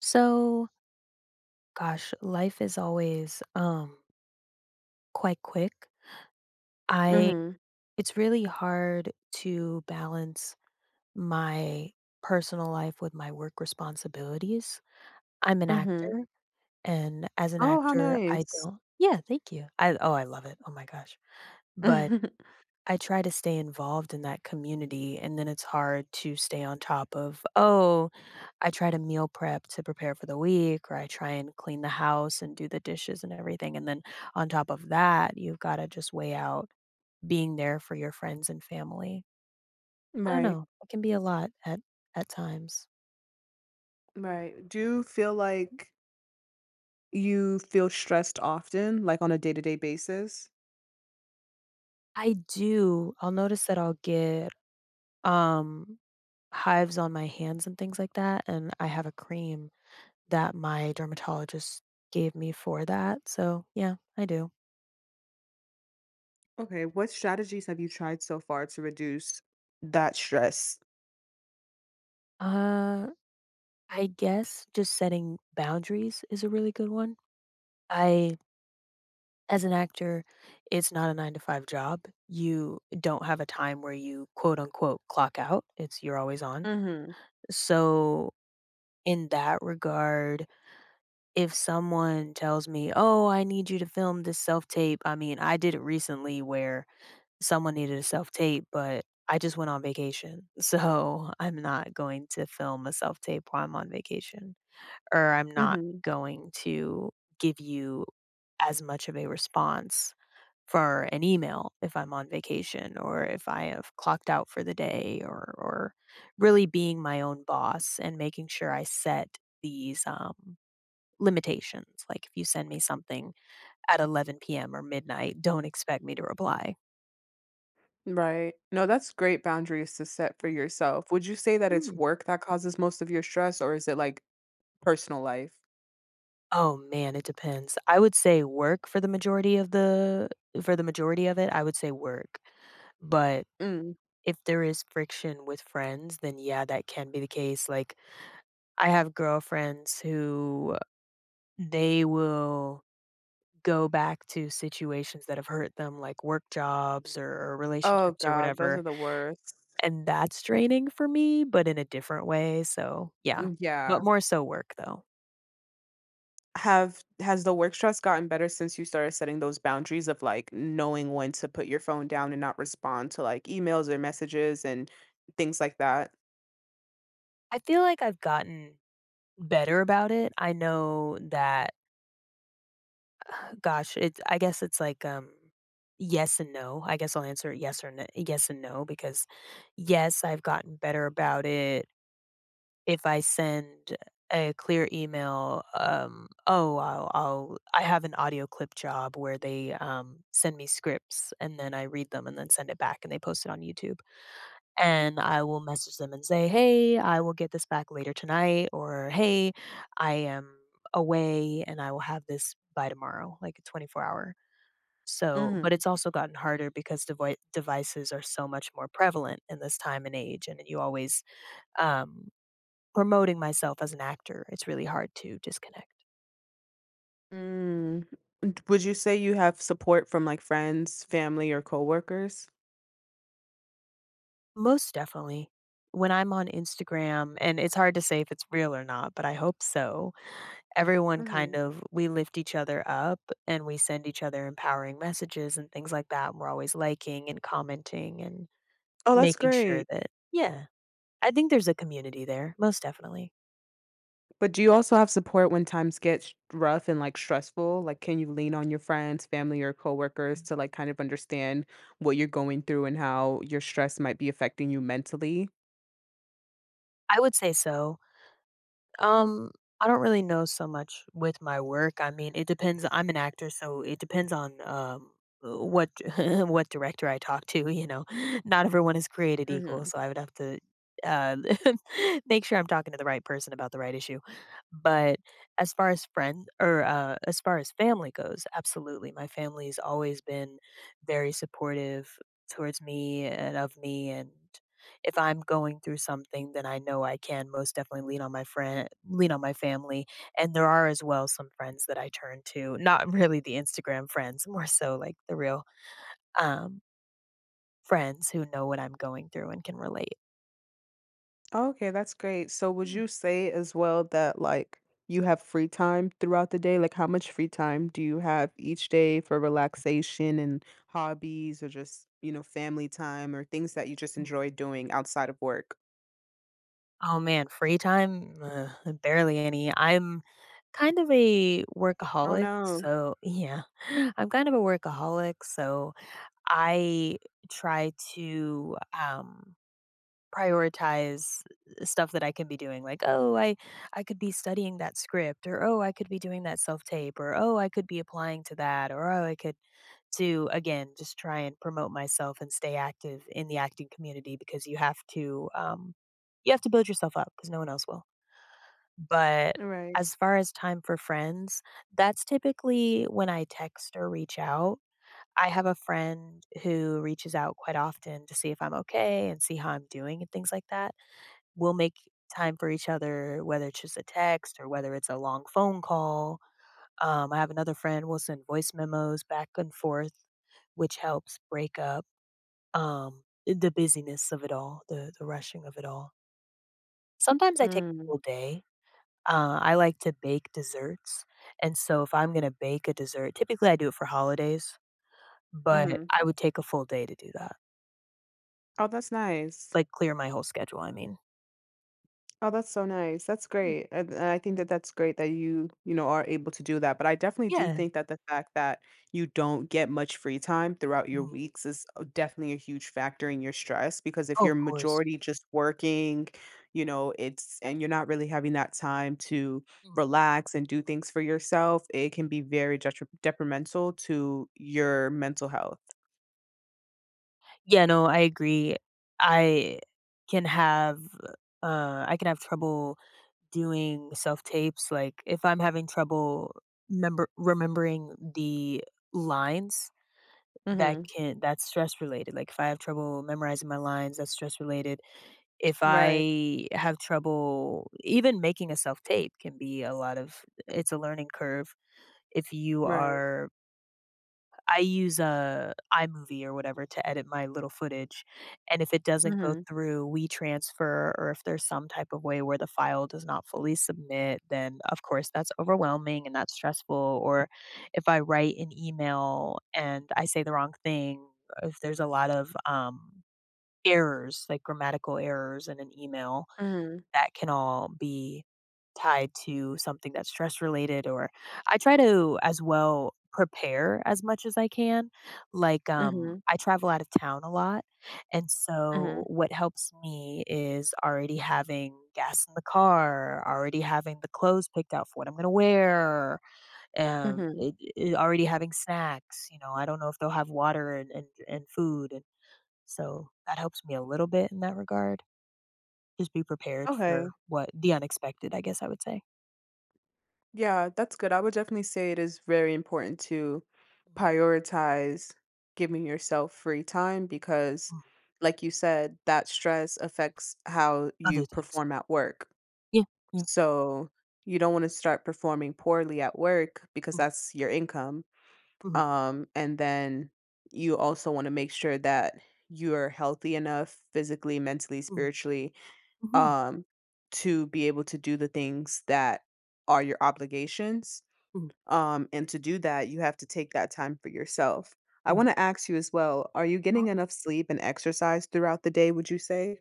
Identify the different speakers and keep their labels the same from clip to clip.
Speaker 1: So, gosh, life is always quite quick. I
Speaker 2: Mhm.
Speaker 1: It's really hard to balance my personal life with my work responsibilities. I'm an
Speaker 2: Mhm.
Speaker 1: actor, and as an
Speaker 2: Oh, how
Speaker 1: actor, I
Speaker 2: nice.
Speaker 1: don't yeah, thank you. I Oh, I love it. Oh my gosh. But I try to stay involved in that community, and then it's hard to stay on top of, "Oh, I try to meal prep to prepare for the week," or, "I try and clean the house and do the dishes and everything," and then on top of that, you've gotta just weigh out being there for your friends and family. I don't
Speaker 2: Right.
Speaker 1: know, it can be a lot at times.
Speaker 2: Right. Do you feel like you feel stressed often, like on a day-to-day basis?
Speaker 1: I do, I'll notice that I'll get, um, hives on my hands and things like that, and I have a cream that my dermatologist gave me for that, so yeah, I do.
Speaker 2: Okay, what strategies have you tried so far to reduce that stress?
Speaker 1: Uh, I guess just setting boundaries is a really good one. I As an actor, it's not a 9 to 5 job. You don't have a time where you quote unquote "clock out." It's you're always on.
Speaker 2: Mhm.
Speaker 1: So, in that regard, if someone tells me, "Oh, I need you to film this self tape," I mean, I did it recently where someone needed a self-tape, but I just went on vacation, so I'm not going to film a self-tape while I'm on vacation, or I'm not
Speaker 2: Mhm.
Speaker 1: going to give you as much of a response for an email if I'm on vacation or if I have clocked out for the day or really being my own boss and making sure I set these limitations, like, if you send me something at 11 p.m. or midnight, don't expect me to reply.
Speaker 2: Right. No, that's great boundaries to set for yourself. Would you say that it's
Speaker 1: Mhm.
Speaker 2: work that causes most of your stress, or is it like personal life?
Speaker 1: Oh, man, it depends. I would say work for the majority of it, I would say work. But
Speaker 2: Mm.
Speaker 1: if there is friction with friends, then yeah, that can be the case. Like, I have girlfriends who they will go back to situations that have hurt them, like work jobs or
Speaker 2: Oh
Speaker 1: relationships or
Speaker 2: god, those are
Speaker 1: whatever.
Speaker 2: the worst.
Speaker 1: And that's draining for me, but in a different way. So, yeah,
Speaker 2: Mm,
Speaker 1: but
Speaker 2: yeah.
Speaker 1: more so work though.
Speaker 2: Have has the work stress gotten better since you started setting those boundaries of, like, knowing when to put your phone down and not respond to, like, emails or messages and things like that?
Speaker 1: I feel like I've gotten better about it. I know that gosh, it's I guess it's like, yes and no. I guess I'll answer it yes or n yes and no because, yes, I've gotten better about it. If I send a clear email, "Oh, I'll" I have an audio clip job where they send me scripts and then I read them and then send it back and they post it on YouTube, and I will message them and say, "Hey, I will get this back later tonight," or "Hey, I am away and I will have this by tomorrow," like a 24 hour. So, but
Speaker 2: Mhm.
Speaker 1: it's also gotten harder because devoi devices are so much more prevalent in this time and age, and you always, um promoting myself as an actor, it's really hard to disconnect.
Speaker 2: Mm. Would you say you have support from, like, friends, family, or coworkers?
Speaker 1: Most definitely. When I'm on Instagram and it's hard to say if it's real or not, but I hope so, everyone kind
Speaker 2: Mhm.
Speaker 1: of we lift each other up, and we send each other empowering messages and things like that. We're always liking and commenting and
Speaker 2: Oh, that's
Speaker 1: making sure
Speaker 2: great.
Speaker 1: that, yeah, I think there's a community there, most definitely.
Speaker 2: But do you also have support when times get sh rough and, like, stressful? Like, can you lean on your friends, family, or coworkers to, like, kind of understand what you're going through and how your stress might be affecting you mentally?
Speaker 1: I would say so. Um, I don't really know so much with my work. I mean, it depends. I'm an actor, so it depends on what what director I talk to, you know. Not everyone is created equal,
Speaker 2: Mhm.
Speaker 1: so I would have to uh, make sure I'm talking to the right person about the right issue. But as far as friend or as far as family goes, absolutely. My family's always been very supportive towards me and of me, and if I'm going through something, then I know I can most definitely lean on my family, and there are as well some friends that I turn to, not really the Instagram friends, more so like the real, um, friends who know what I'm going through and can relate.
Speaker 2: Okay, that's great. So would
Speaker 1: Mm,
Speaker 2: you say as well that like you have free time throughout the day? Like how much free time do you have each day for relaxation and hobbies or just, you know, family time or things that you just
Speaker 1: mm.
Speaker 2: enjoy doing outside of work?
Speaker 1: Oh man, free time? Barely any. I'm kind of a
Speaker 2: Oh
Speaker 1: workaholic,
Speaker 2: no.
Speaker 1: so yeah, I'm kind of a workaholic, so I try to, prioritize stuff that I can be doing, like, "Oh, I could be studying that script," or, "Oh, I could be doing that self-tape," or, "Oh, I could be applying to that," or, "Oh, I could" to again, just try and promote myself and stay active in the acting community because you have to build yourself up because no one else will. But
Speaker 2: All right.
Speaker 1: as far as time for friends, that's typically when I text or reach out. I have a friend who reaches out quite often to see if I'm okay and see how I'm doing and things like that. We'll make time for each other, whether it's just a text or whether it's a long phone call. I have another friend, we'll send voice memos back and forth, which helps break up, the busyness of it all, the rushing of it all. Sometimes I take a
Speaker 2: Mm.
Speaker 1: whole day. I like to bake desserts, and so if I'm gonna bake a dessert, typically I do it for holidays, but
Speaker 2: Mm-hmm.
Speaker 1: I would take a full day to do that,
Speaker 2: Oh, that's nice.
Speaker 1: like, clear my whole schedule, I mean.
Speaker 2: Oh, that's so nice. That's
Speaker 1: Mm,
Speaker 2: great. And I think that that's great that you know, are able to do that. But I definitely do
Speaker 1: yeah.
Speaker 2: think that the fact that you don't get much free time throughout your
Speaker 1: Mm.
Speaker 2: weeks is definitely a huge factor in your stress because if
Speaker 1: Oh,
Speaker 2: you're
Speaker 1: of course.
Speaker 2: majority just working, you know, it's and you're not really having that time to
Speaker 1: Mm.
Speaker 2: relax and do things for yourself, it can be very detrimental to your mental health.
Speaker 1: Yeah, no, I agree. I can have I can have trouble doing self tapes. Like if I'm having trouble member remembering the lines,
Speaker 2: Mhm.
Speaker 1: that's stress related. Like if I have trouble memorizing my lines, that's stress related. If
Speaker 2: Right.
Speaker 1: I have trouble even making a self tape can be a lot of it's a learning curve if you
Speaker 2: Right.
Speaker 1: are I use, iMovie or whatever to edit my little footage, and if it doesn't go
Speaker 2: Mhm.
Speaker 1: through WeTransfer or if there's some type of way where the file does not fully submit, then, of course, that's overwhelming and that's stressful, or if I write an email and I say the wrong thing, if there's a lot of, errors, like grammatical errors in an email
Speaker 2: Mhm.
Speaker 1: that can all be tied to something that's stress related, or I try to as well prepare as much as I can. Like
Speaker 2: Mhm.
Speaker 1: I travel out of town a lot, and so
Speaker 2: Mhm.
Speaker 1: what helps me is already having gas in the car, already having the clothes picked out for what I'm going to wear,
Speaker 2: Mhm.
Speaker 1: already having snacks, I don't know if they'll have water and food, and so that helps me a little bit in that regard. Just be prepared for
Speaker 2: Okay.
Speaker 1: what the unexpected, I guess I would say.
Speaker 2: Yeah, that's good. I would definitely say it is very important to
Speaker 1: Mm,
Speaker 2: prioritize giving yourself free time because,
Speaker 1: mm,
Speaker 2: like you said, that stress affects how you
Speaker 1: other things.
Speaker 2: perform at work.
Speaker 1: Yeah, yeah.
Speaker 2: So you don't want to start performing poorly at work because
Speaker 1: Mm,
Speaker 2: that's your income.
Speaker 1: mhm,
Speaker 2: And then you also want to make sure that you're healthy enough physically, mentally,
Speaker 1: mhm,
Speaker 2: spiritually,
Speaker 1: mhm,
Speaker 2: um, to be able to do the things that are your obligations,
Speaker 1: mhm,
Speaker 2: and to do that, you have to take that time for yourself. I want
Speaker 1: mhm.
Speaker 2: to ask you as well, are you
Speaker 1: Uh,
Speaker 2: getting enough sleep and exercise throughout the day, would you say?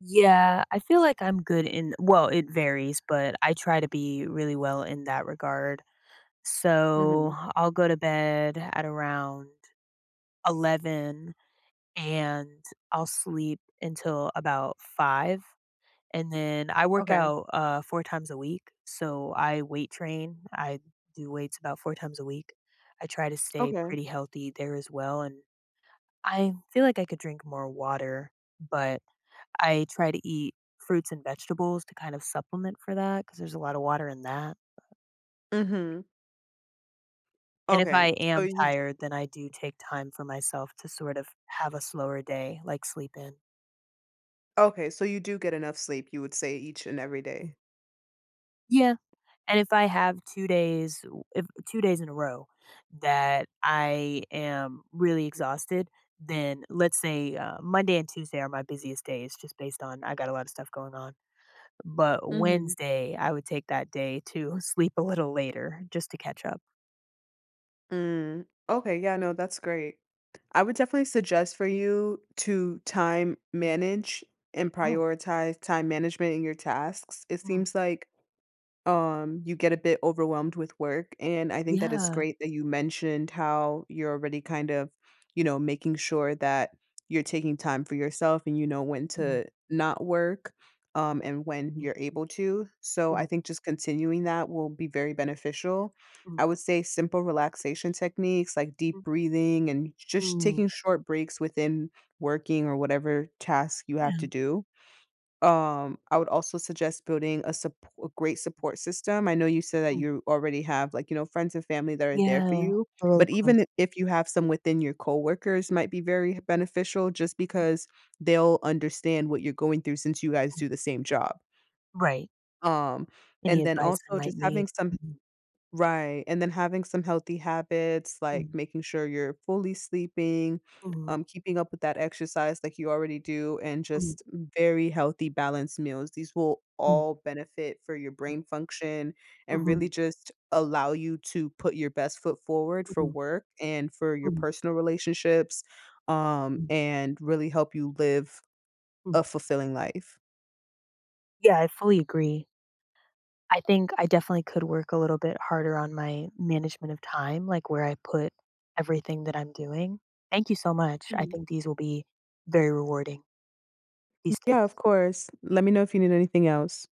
Speaker 1: yeah, I feel like I'm good in well, it varies, but I try to be really well in that regard. So,
Speaker 2: Mhm.
Speaker 1: I'll go to bed at around 11 and I'll sleep until about 5. And then I work
Speaker 2: Okay.
Speaker 1: out, 4 times a week, so I weight train, I do weights about 4 times a week. I try to stay
Speaker 2: Okay.
Speaker 1: pretty healthy there as well, and I feel like I could drink more water, but I try to eat fruits and vegetables to kind of supplement for that because there's a lot of water in that.
Speaker 2: Mhm.
Speaker 1: And if I
Speaker 2: Okay. So
Speaker 1: am
Speaker 2: you d
Speaker 1: tired, then I do take time for myself to sort of have a slower day, like sleep in.
Speaker 2: Okay, so you do get enough sleep, you would say, each and every
Speaker 1: Mm.
Speaker 2: day?
Speaker 1: Yeah. And if I have 2 days if 2 days in a row that I am really exhausted, then let's say, Monday and Tuesday are my busiest days just based on I got a lot of stuff going on. But
Speaker 2: Mhm.
Speaker 1: Wednesday, I would take that day to sleep a little later just to catch up.
Speaker 2: Mm, okay, yeah, no, that's great. I would definitely suggest for you to time
Speaker 1: Mm.
Speaker 2: manage and
Speaker 1: Oh,
Speaker 2: prioritize time management in your tasks. It
Speaker 1: mhm.
Speaker 2: seems like you get a bit overwhelmed with work, and I think that it's
Speaker 1: Yeah.
Speaker 2: great that you mentioned how you're already kind of, you know, making sure that you're taking time for yourself and you know when
Speaker 1: Mm,
Speaker 2: to not work, and when
Speaker 1: mm,
Speaker 2: you're able to. So I
Speaker 1: mm,
Speaker 2: think just continuing that will be very beneficial.
Speaker 1: mm,
Speaker 2: I would say simple relaxation techniques like deep
Speaker 1: mm,
Speaker 2: breathing and just
Speaker 1: mm.
Speaker 2: taking short breaks within working or whatever task you have to
Speaker 1: Yeah.
Speaker 2: do. I would also suggest building a suppo a great support system. I know you said that
Speaker 1: Mm.
Speaker 2: you already have, like, you know, friends and family that are there for
Speaker 1: Yeah.
Speaker 2: you,
Speaker 1: Really
Speaker 2: but even
Speaker 1: close.
Speaker 2: if you have some within your coworkers might be very beneficial just
Speaker 1: Mm,
Speaker 2: because they'll understand what you're going through since you guys
Speaker 1: mm.
Speaker 2: do the same job.
Speaker 1: Right.
Speaker 2: Um,
Speaker 1: Any
Speaker 2: and then
Speaker 1: advice I
Speaker 2: also
Speaker 1: might
Speaker 2: just
Speaker 1: need.
Speaker 2: having some
Speaker 1: Mhm.
Speaker 2: Right, and then having some healthy habits, like
Speaker 1: Mm.
Speaker 2: making sure you're fully sleeping,
Speaker 1: Mhm.
Speaker 2: keeping up with that exercise like you already do, and
Speaker 1: Mhm.
Speaker 2: just very healthy, balanced meals. These will
Speaker 1: Mhm.
Speaker 2: all benefit for your
Speaker 1: Mm,
Speaker 2: brain function and really
Speaker 1: mhm,
Speaker 2: just allow you to put your best foot forward for
Speaker 1: mhm,
Speaker 2: work and for your
Speaker 1: mm,
Speaker 2: personal relationships,
Speaker 1: mm,
Speaker 2: and really help you live
Speaker 1: mm.
Speaker 2: a fulfilling life.
Speaker 1: Yeah, I fully agree. I think I definitely could work a little bit harder on my management of time, like where I put everything that I'm doing. Thank you so much. I
Speaker 2: Mm.
Speaker 1: think these will be very rewarding, these
Speaker 2: Yeah, of
Speaker 1: tips.
Speaker 2: course. Let me know if you need anything else.